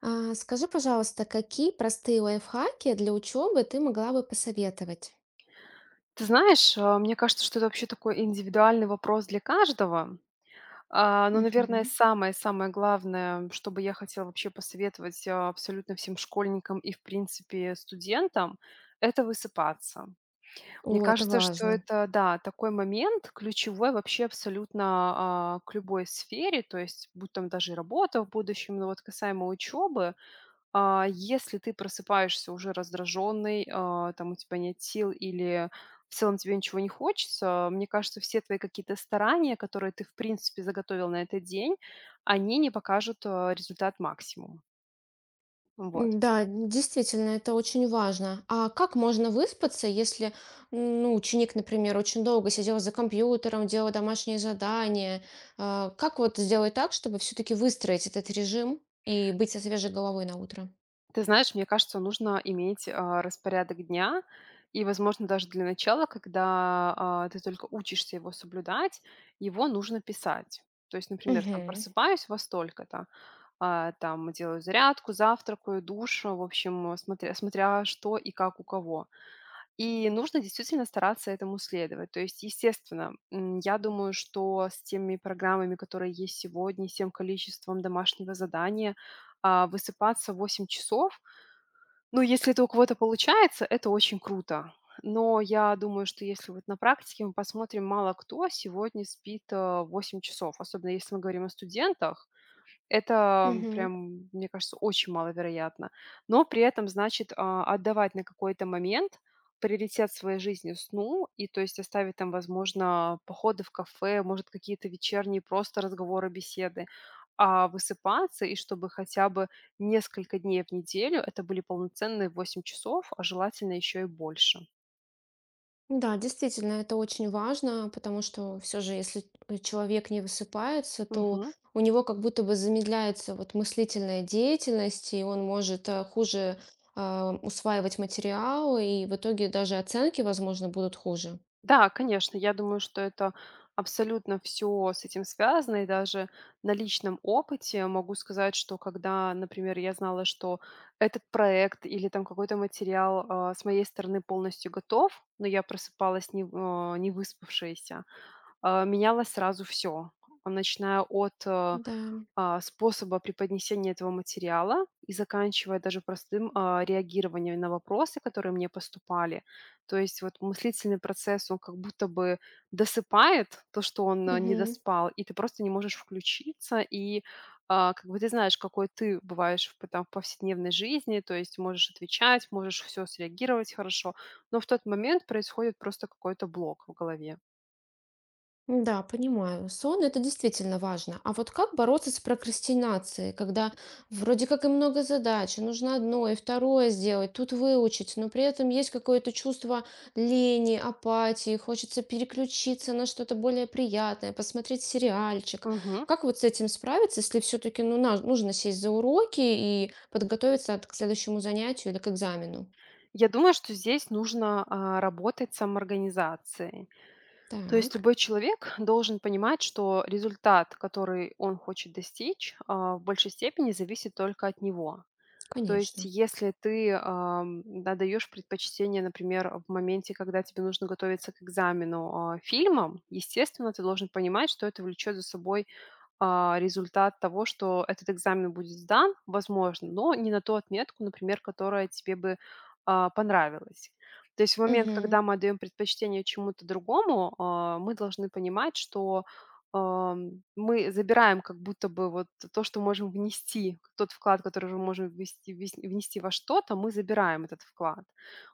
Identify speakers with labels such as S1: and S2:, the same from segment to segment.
S1: А, скажи, пожалуйста, какие простые лайфхаки для учебы ты могла бы посоветовать?
S2: Ты знаешь, мне кажется, что это вообще такой индивидуальный вопрос для каждого. Но, наверное,
S1: Мгм.
S2: самое-самое главное, что бы я хотела вообще посоветовать, абсолютно всем школьникам и, в принципе, студентам — это высыпаться. Мне
S1: О, это
S2: кажется, что
S1: важно.
S2: это, да, такой момент ключевой вообще абсолютно, к любой сфере, то есть будь там даже и работа в будущем, но вот касаемо учебы. Если ты просыпаешься уже раздраженный, там у тебя нет сил или в целом тебе ничего не хочется, мне кажется, все твои какие-то старания, которые ты, в принципе, заготовил на этот день, они не покажут результат максимум. Вот.
S1: Да, действительно, это очень важно. А как можно выспаться, если, ну, ученик, например, очень долго сидел за компьютером, делал домашние задания? Как вот сделать так, чтобы все-таки выстроить этот режим и быть со свежей головой на утро?
S2: Ты знаешь, мне кажется, нужно иметь распорядок дня, и, возможно, даже для начала, когда ты только учишься его соблюдать, его нужно писать. То есть, например, там просыпаюсь во столько-то, там делаю зарядку, завтракаю, душ, в общем, смотря что и как у кого. И нужно действительно стараться этому следовать. То есть, естественно, я думаю, что с теми программами, которые есть сегодня, с тем количеством домашнего задания, высыпаться в 8 часов, ну, если это у кого-то получается, это очень круто. Но я думаю, что если вот на практике мы посмотрим, мало кто сегодня спит 8 часов, особенно если мы говорим о студентах, это
S1: Угу.
S2: прям, мне кажется, очень маловероятно. Но при этом, значит, отдавать на какой-то момент приоритет своей жизни сну, и то есть оставить там, возможно, походы в кафе, может, какие-то вечерние просто разговоры, беседы, а высыпаться, и чтобы хотя бы несколько дней в неделю это были полноценные 8 часов, а желательно еще и больше.
S1: Да, действительно, это очень важно, потому что все же, если человек не высыпается, то у него как будто бы замедляется вот мыслительная деятельность, и он может хуже усваивать материал, и в итоге даже оценки, возможно, будут хуже.
S2: Да, конечно, я думаю, что это абсолютно все с этим связано. И даже на личном опыте могу сказать, что когда, например, я знала, что этот проект или там какой-то материал, с моей стороны полностью готов, но я просыпалась не выспавшаяся, менялось сразу все, начиная от,
S1: Да.
S2: способа преподнесения этого материала и заканчивая даже простым реагированием на вопросы, которые мне поступали. То есть вот мыслительный процесс, он как будто бы досыпает то, что он не
S1: Мгм.
S2: доспал, и ты просто не можешь включиться, и как бы ты знаешь, какой ты бываешь в, там, в повседневной жизни, то есть можешь отвечать, можешь все среагировать хорошо, но в тот момент происходит просто какой-то блок в голове.
S1: Да, понимаю. Сон это действительно важно. А вот как бороться с прокрастинацией, когда вроде как и много задач, и нужно одно и второе сделать, тут выучить, но при этом есть какое-то чувство лени, апатии, хочется переключиться на что-то более приятное, посмотреть сериальчик.
S2: Мгм.
S1: Как вот с этим справиться, если все-таки ну, нужно сесть за уроки и подготовиться к следующему занятию или к экзамену?
S2: Я думаю, что здесь нужно работать с самоорганизацией. То есть
S1: Так,
S2: любой человек должен понимать, что результат, который он хочет достичь, в большей степени зависит только от него. То есть,
S1: конечно.
S2: если ты да, даешь предпочтение, например, в моменте, когда тебе нужно готовиться к экзамену фильмам, естественно, ты должен понимать, что это влечет за собой результат того, что этот экзамен будет сдан, возможно, но не на ту отметку, например, которая тебе бы понравилась. То есть в момент, когда мы отдаем предпочтение чему-то другому, мы должны понимать, что мы забираем как будто бы вот то, что можем внести, тот вклад, который мы можем внести во что-то, мы забираем этот вклад.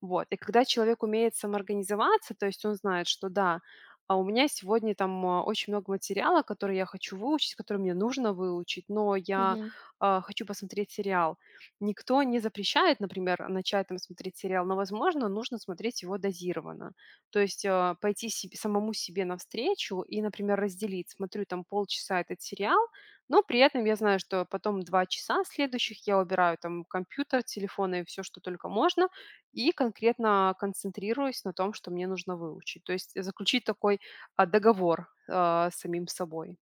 S2: Вот. И когда человек умеет самоорганизоваться, то есть он знает, что да, а у меня сегодня там очень много материала, который я хочу выучить, который мне нужно выучить, но я
S1: Угу.
S2: хочу посмотреть сериал. Никто не запрещает, например, начать там смотреть сериал, но, возможно, нужно смотреть его дозированно. То есть самому себе навстречу и, например, разделить. Смотрю там полчаса этот сериал, но при этом я знаю, что потом 2 часа следующих я убираю там компьютер, телефоны и все, что только можно, и конкретно концентрируюсь на том, что мне нужно выучить. То есть заключить такой договор, с самим собой.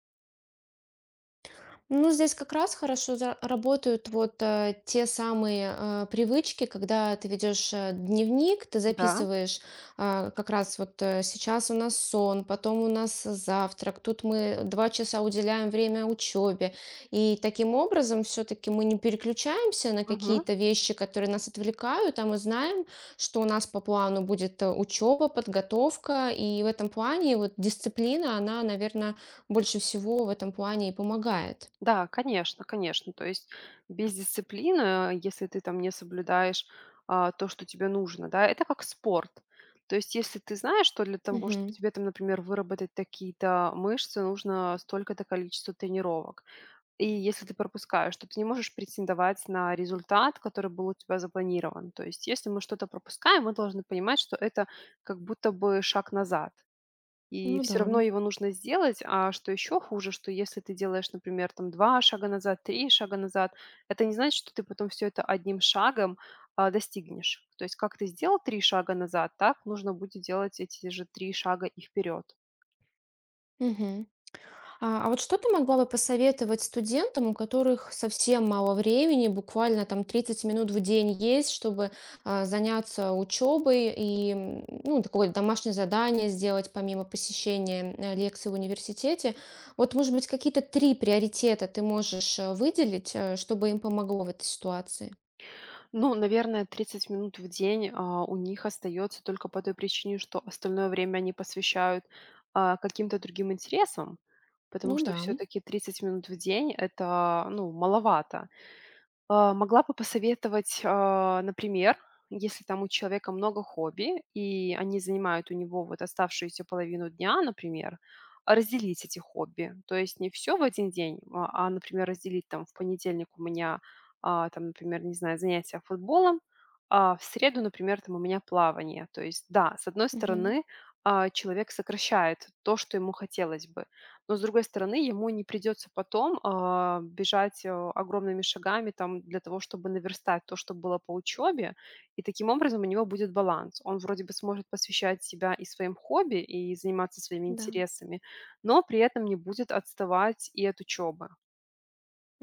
S1: Ну, здесь как раз хорошо работают вот те самые привычки, когда ты ведешь дневник, ты
S2: Да,
S1: записываешь, как раз вот сейчас у нас сон, потом у нас завтрак, тут мы 2 часа уделяем время учебе. И таким образом все-таки мы не переключаемся на
S2: мгм.
S1: какие-то вещи, которые нас отвлекают, а мы знаем, что у нас по плану будет учеба, подготовка, и в этом плане вот дисциплина, она, наверное, больше всего в этом плане и помогает.
S2: Да, конечно, конечно. То есть без дисциплины, если ты там не соблюдаешь, то, что тебе нужно, да, это как спорт. То есть если ты знаешь, что для того, чтобы
S1: Мгм.
S2: тебе там, например, выработать такие-то мышцы, нужно столько-то количество тренировок. И если ты пропускаешь, то ты не можешь претендовать на результат, который был у тебя запланирован. То есть если мы что-то пропускаем, мы должны понимать, что это как будто бы шаг назад. И
S1: Ну да.
S2: все равно его нужно сделать. А что еще хуже, что если ты делаешь, например, там 2 шага назад, 3 шага назад, это не значит, что ты потом все это одним шагом, достигнешь. То есть как ты сделал три шага назад, так нужно будет делать эти же 3 шага и вперед.
S1: Мгм. А вот что ты могла бы посоветовать студентам, у которых совсем мало времени, буквально там 30 минут в день есть, чтобы заняться учебой и ну, такое вот домашнее задание сделать помимо посещения лекций в университете? Вот, может быть, какие-то три приоритета ты можешь выделить, чтобы им помогло в этой ситуации?
S2: Ну, наверное, 30 минут в день, у них остается только по той причине, что остальное время они посвящают, каким-то другим интересам,
S1: Ну
S2: потому что
S1: да.
S2: все таки 30 минут в день — это, ну, маловато. Могла бы посоветовать, например, если там у человека много хобби, и они занимают у него вот оставшуюся половину дня, например, разделить эти хобби. То есть не все в один день, например, разделить там в понедельник у меня, там, например, не знаю, занятия футболом, а в среду, например, там у меня плавание. То есть да, с одной
S1: Мгм.
S2: стороны, человек сокращает то, что ему хотелось бы. Но, с другой стороны, ему не придется потом, бежать, огромными шагами там для того, чтобы наверстать то, что было по учебе. И таким образом у него будет баланс. Он вроде бы сможет посвящать себя и своим хобби, и заниматься своими
S1: Да.
S2: интересами, но при этом не будет отставать и от учебы.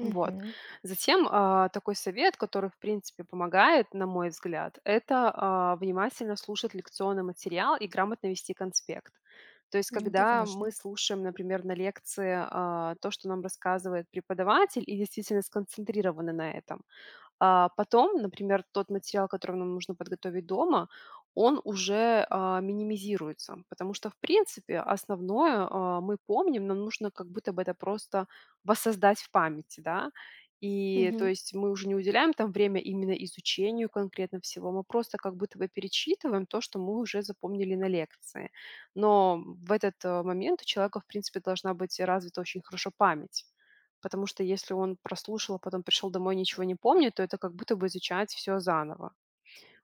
S2: Вот. Затем, такой совет, который, в принципе, помогает, на мой взгляд, это, внимательно слушать лекционный материал и грамотно вести конспект. То есть,
S1: Это
S2: когда мы
S1: важно.
S2: слушаем, например, на лекции, то, что нам рассказывает преподаватель, и действительно сконцентрированы на этом, потом, например, тот материал, который нам нужно подготовить дома, он уже, минимизируется, потому что, в принципе, основное, мы помним, нам нужно как будто бы это просто воссоздать в памяти, да. И, то
S1: Мгм.
S2: есть, мы уже не уделяем там время именно изучению конкретно всего, мы просто как будто бы перечитываем то, что мы уже запомнили на лекции. Но в этот, момент у человека, в принципе, должна быть развита очень хорошо память. Потому что если он прослушал, а потом пришел домой и ничего не помнит, то это как будто бы изучать все заново.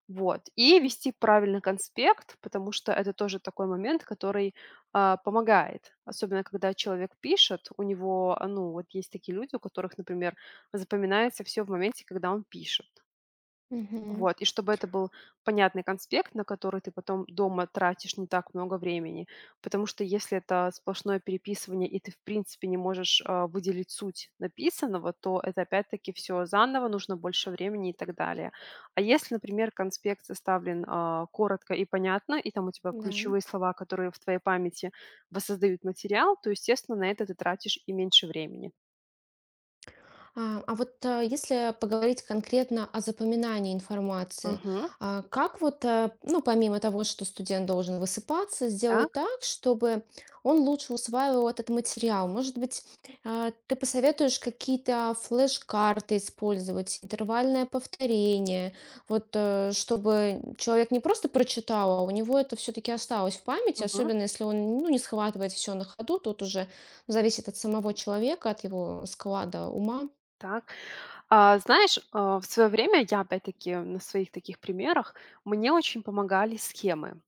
S2: Вот. И вести правильный конспект, потому что это тоже такой момент, который, помогает. Особенно когда человек пишет, у него, ну, вот есть такие люди, у которых, например, запоминается все в моменте, когда он пишет.
S1: Мгм.
S2: Вот, и чтобы это был понятный конспект, на который ты потом дома тратишь не так много времени. Потому что если это сплошное переписывание, и ты, в принципе, не можешь выделить суть написанного, то это опять-таки все заново, нужно больше времени и так далее. А если, например, конспект составлен коротко и понятно, и там у тебя
S1: Да.
S2: ключевые слова, которые в твоей памяти воссоздают материал, то, естественно, на это ты тратишь и меньше времени.
S1: А вот если поговорить конкретно о запоминании информации,
S2: Мгм.
S1: как вот, ну, помимо того, что студент должен высыпаться,
S2: Так?
S1: сделать так, чтобы он лучше усваивал этот материал? Может быть, ты посоветуешь какие-то флеш-карты использовать, интервальное повторение, вот, чтобы человек не просто прочитал, а у него это все-таки осталось в памяти,
S2: Мгм.
S1: особенно если он, ну, не схватывает все на ходу, тут уже зависит от самого человека, от его склада ума.
S2: Так. Знаешь, в свое время я, опять-таки, на своих таких примерах, мне очень помогали схемы.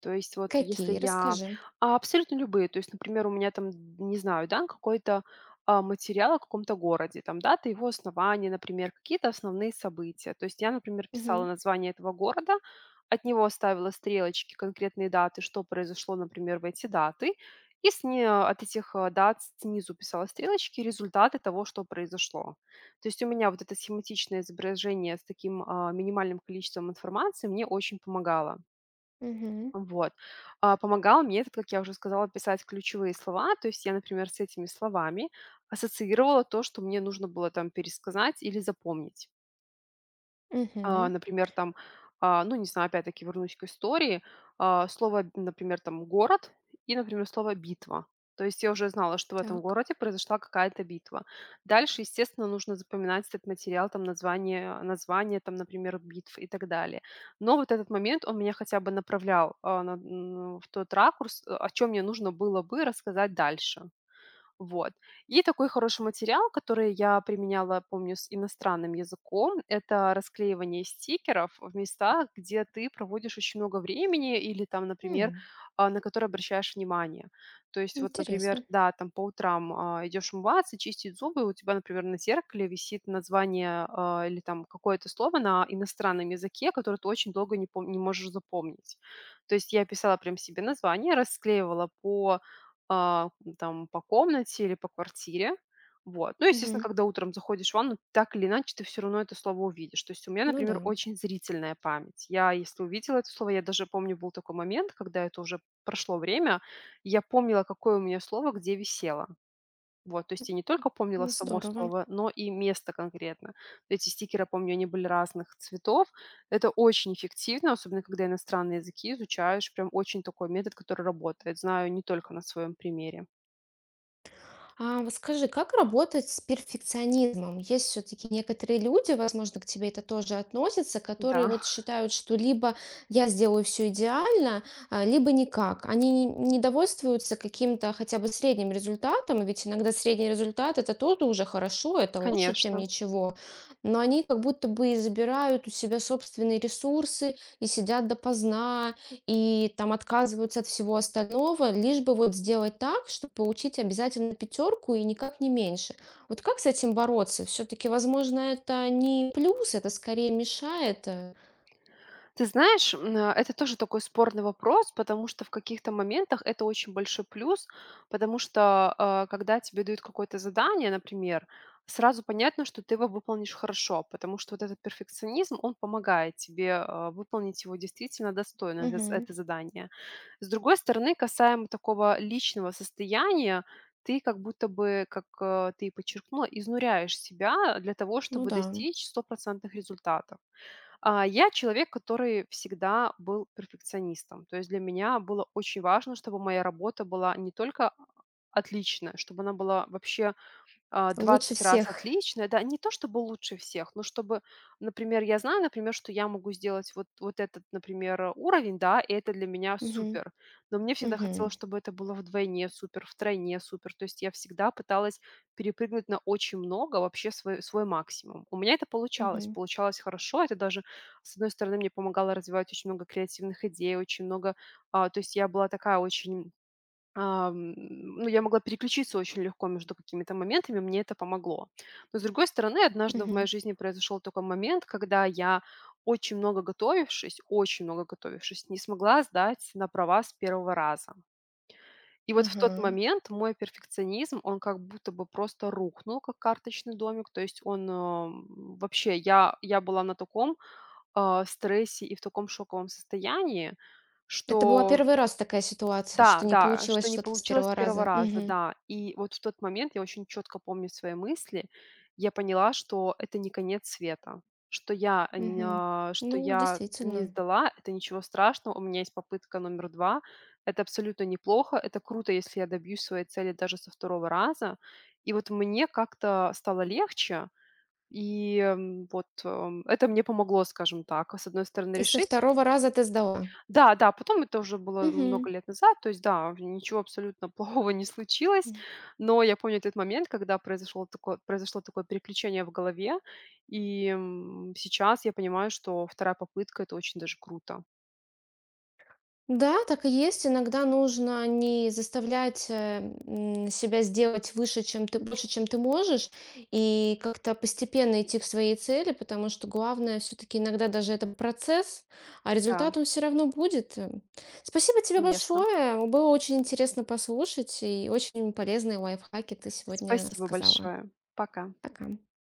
S2: То есть вот если
S1: Какие?
S2: я
S1: Расскажи.
S2: абсолютно любые, то есть, например, у меня там, не знаю, да, какой-то, материал о каком-то городе, там дата его основания, например, какие-то основные события. То есть я, например, писала
S1: Мгм.
S2: название этого города, от него ставила стрелочки, конкретные даты, что произошло, например, в эти даты, и сни от этих, дат снизу писала стрелочки, результаты того, что произошло. То есть у меня вот это схематичное изображение с таким, минимальным количеством информации мне очень помогало.
S1: Мгм.
S2: Вот. Помогал мне этот, как я уже сказала, писать ключевые слова. То есть я, например, с этими словами ассоциировала то, что мне нужно было там пересказать или запомнить.
S1: Мгм.
S2: Например, там, ну, не знаю, опять-таки вернусь к истории, слово, например, там город и, например, слово битва. То есть я уже знала, что в этом
S1: Так.
S2: городе произошла какая-то битва. Дальше, естественно, нужно запоминать этот материал, там название, название, там, например, битв и так далее. Но вот этот момент, он меня хотя бы направлял в тот ракурс, о чем мне нужно было бы рассказать дальше. Вот. И такой хороший материал, который я применяла, помню, с иностранным языком, это расклеивание стикеров в местах, где ты проводишь очень много времени или там, например,
S1: М,
S2: на которые обращаешь внимание. То есть вот, например,
S1: интересно.
S2: да, там по утрам идешь умываться, чистить зубы, и у тебя, например, на зеркале висит название или там какое-то слово на иностранном языке, которое ты очень долго не можешь запомнить. То есть я писала прям себе название, расклеивала по а, там по комнате или по квартире. Вот. Ну, естественно,
S1: Мгм.
S2: когда утром заходишь в ванну, так или иначе ты все равно это слово увидишь. То есть у меня,
S1: Ну да.
S2: например, очень зрительная память. Я, если увидела это слово, я даже помню, был такой момент, когда это уже прошло время, я помнила, какое у меня слово где висело. Вот, то есть я не только помнила само
S1: Здорово.
S2: слово, но и место конкретно. Эти стикеры, помню, они были разных цветов. Это очень эффективно, особенно когда иностранные языки изучаешь. Прям очень такой метод, который работает. Знаю не только на своем примере.
S1: А вот скажи, как работать с перфекционизмом? Есть все-таки некоторые люди, возможно, к тебе это тоже относится, которые
S2: Да.
S1: вот считают, что либо я сделаю все идеально, либо никак. Они не довольствуются каким-то хотя бы средним результатом, ведь иногда средний результат это тоже уже хорошо, это лучше, чем
S2: Конечно.
S1: ничего. Но они как будто бы и забирают у себя собственные ресурсы и сидят допоздна, и там отказываются от всего остального, лишь бы вот сделать так, чтобы получить обязательно пятерку и никак не меньше. Вот как с этим бороться? Все-таки, возможно, это не плюс, это скорее мешает.
S2: Ты знаешь, это тоже такой спорный вопрос, потому что в каких-то моментах это очень большой плюс, потому что когда тебе дают какое-то задание, например, сразу понятно, что ты его выполнишь хорошо, потому что вот этот перфекционизм, он помогает тебе выполнить его действительно достойно, это,
S1: Мгм.
S2: это задание. С другой стороны, касаемо такого личного состояния, ты как будто бы, как ты и подчеркнула, изнуряешь себя для того,
S1: Ну
S2: чтобы
S1: да,
S2: достичь стопроцентных результатов. Я человек, который всегда был перфекционистом. То есть для меня было очень важно, чтобы моя работа была не только отличная, чтобы она была вообще
S1: лучше
S2: 20 раз
S1: всех.
S2: отличное, да, не то чтобы лучше всех, но чтобы, например, я знаю, например, что я могу сделать вот этот, например, уровень, да, и это для меня
S1: Мгм.
S2: супер. Но мне всегда хотелось,
S1: Мгм.
S2: чтобы это было вдвойне супер, втройне супер. То есть я всегда пыталась перепрыгнуть на очень много, вообще свой максимум. У меня это получалось,
S1: Мгм.
S2: получалось хорошо. Это даже, с одной стороны, мне помогало развивать очень много креативных идей, очень много... то есть я была такая очень а, м, ну, я могла переключиться очень легко между какими-то моментами, мне это помогло. Но, с другой стороны, однажды в
S1: Мгм.
S2: моей жизни произошел такой момент, когда я, очень много готовившись, не смогла сдать на права с первого раза. И вот в тот
S1: Ага.
S2: момент мой перфекционизм, он как будто бы просто рухнул, как карточный домик. То есть он вообще, я была на таком стрессе и в таком шоковом состоянии,
S1: Это была
S2: что
S1: первый раз такая ситуация,
S2: да,
S1: что не
S2: да,
S1: получилось
S2: что не
S1: что-то с
S2: получилось с
S1: первого
S2: первого
S1: раза.
S2: раза,
S1: Мгм.
S2: да. И вот в тот момент я очень четко помню свои мысли. Я поняла, что это не конец света, что я,
S1: Мгм.
S2: ня что
S1: Ну,
S2: я не
S1: действительно.
S2: сдала, это ничего страшного, у меня есть попытка номер 2. Это абсолютно неплохо, это круто, если я добьюсь своей цели даже со второго раза. И вот мне как-то стало легче, и, вот, это мне помогло, скажем так, с одной стороны
S1: И со
S2: решить
S1: второго раза ты сдала.
S2: да, да, потом это уже было много
S1: Мгм.
S2: лет назад, то есть да, ничего абсолютно плохого не случилось, но я помню этот момент, когда произошло такое переключение в голове, и сейчас я понимаю, что вторая попытка – это очень даже круто.
S1: Да, так и есть. Иногда нужно не заставлять себя сделать выше, чем ты, больше, чем ты можешь, и как-то постепенно идти к своей цели, потому что главное все-таки иногда даже это процесс, а
S2: Да,
S1: результат он все равно будет. Спасибо тебе
S2: конечно.
S1: большое. Было очень интересно послушать и очень полезные лайфхаки ты сегодня
S2: Спасибо
S1: рассказала.
S2: большое. Пока.
S1: Пока.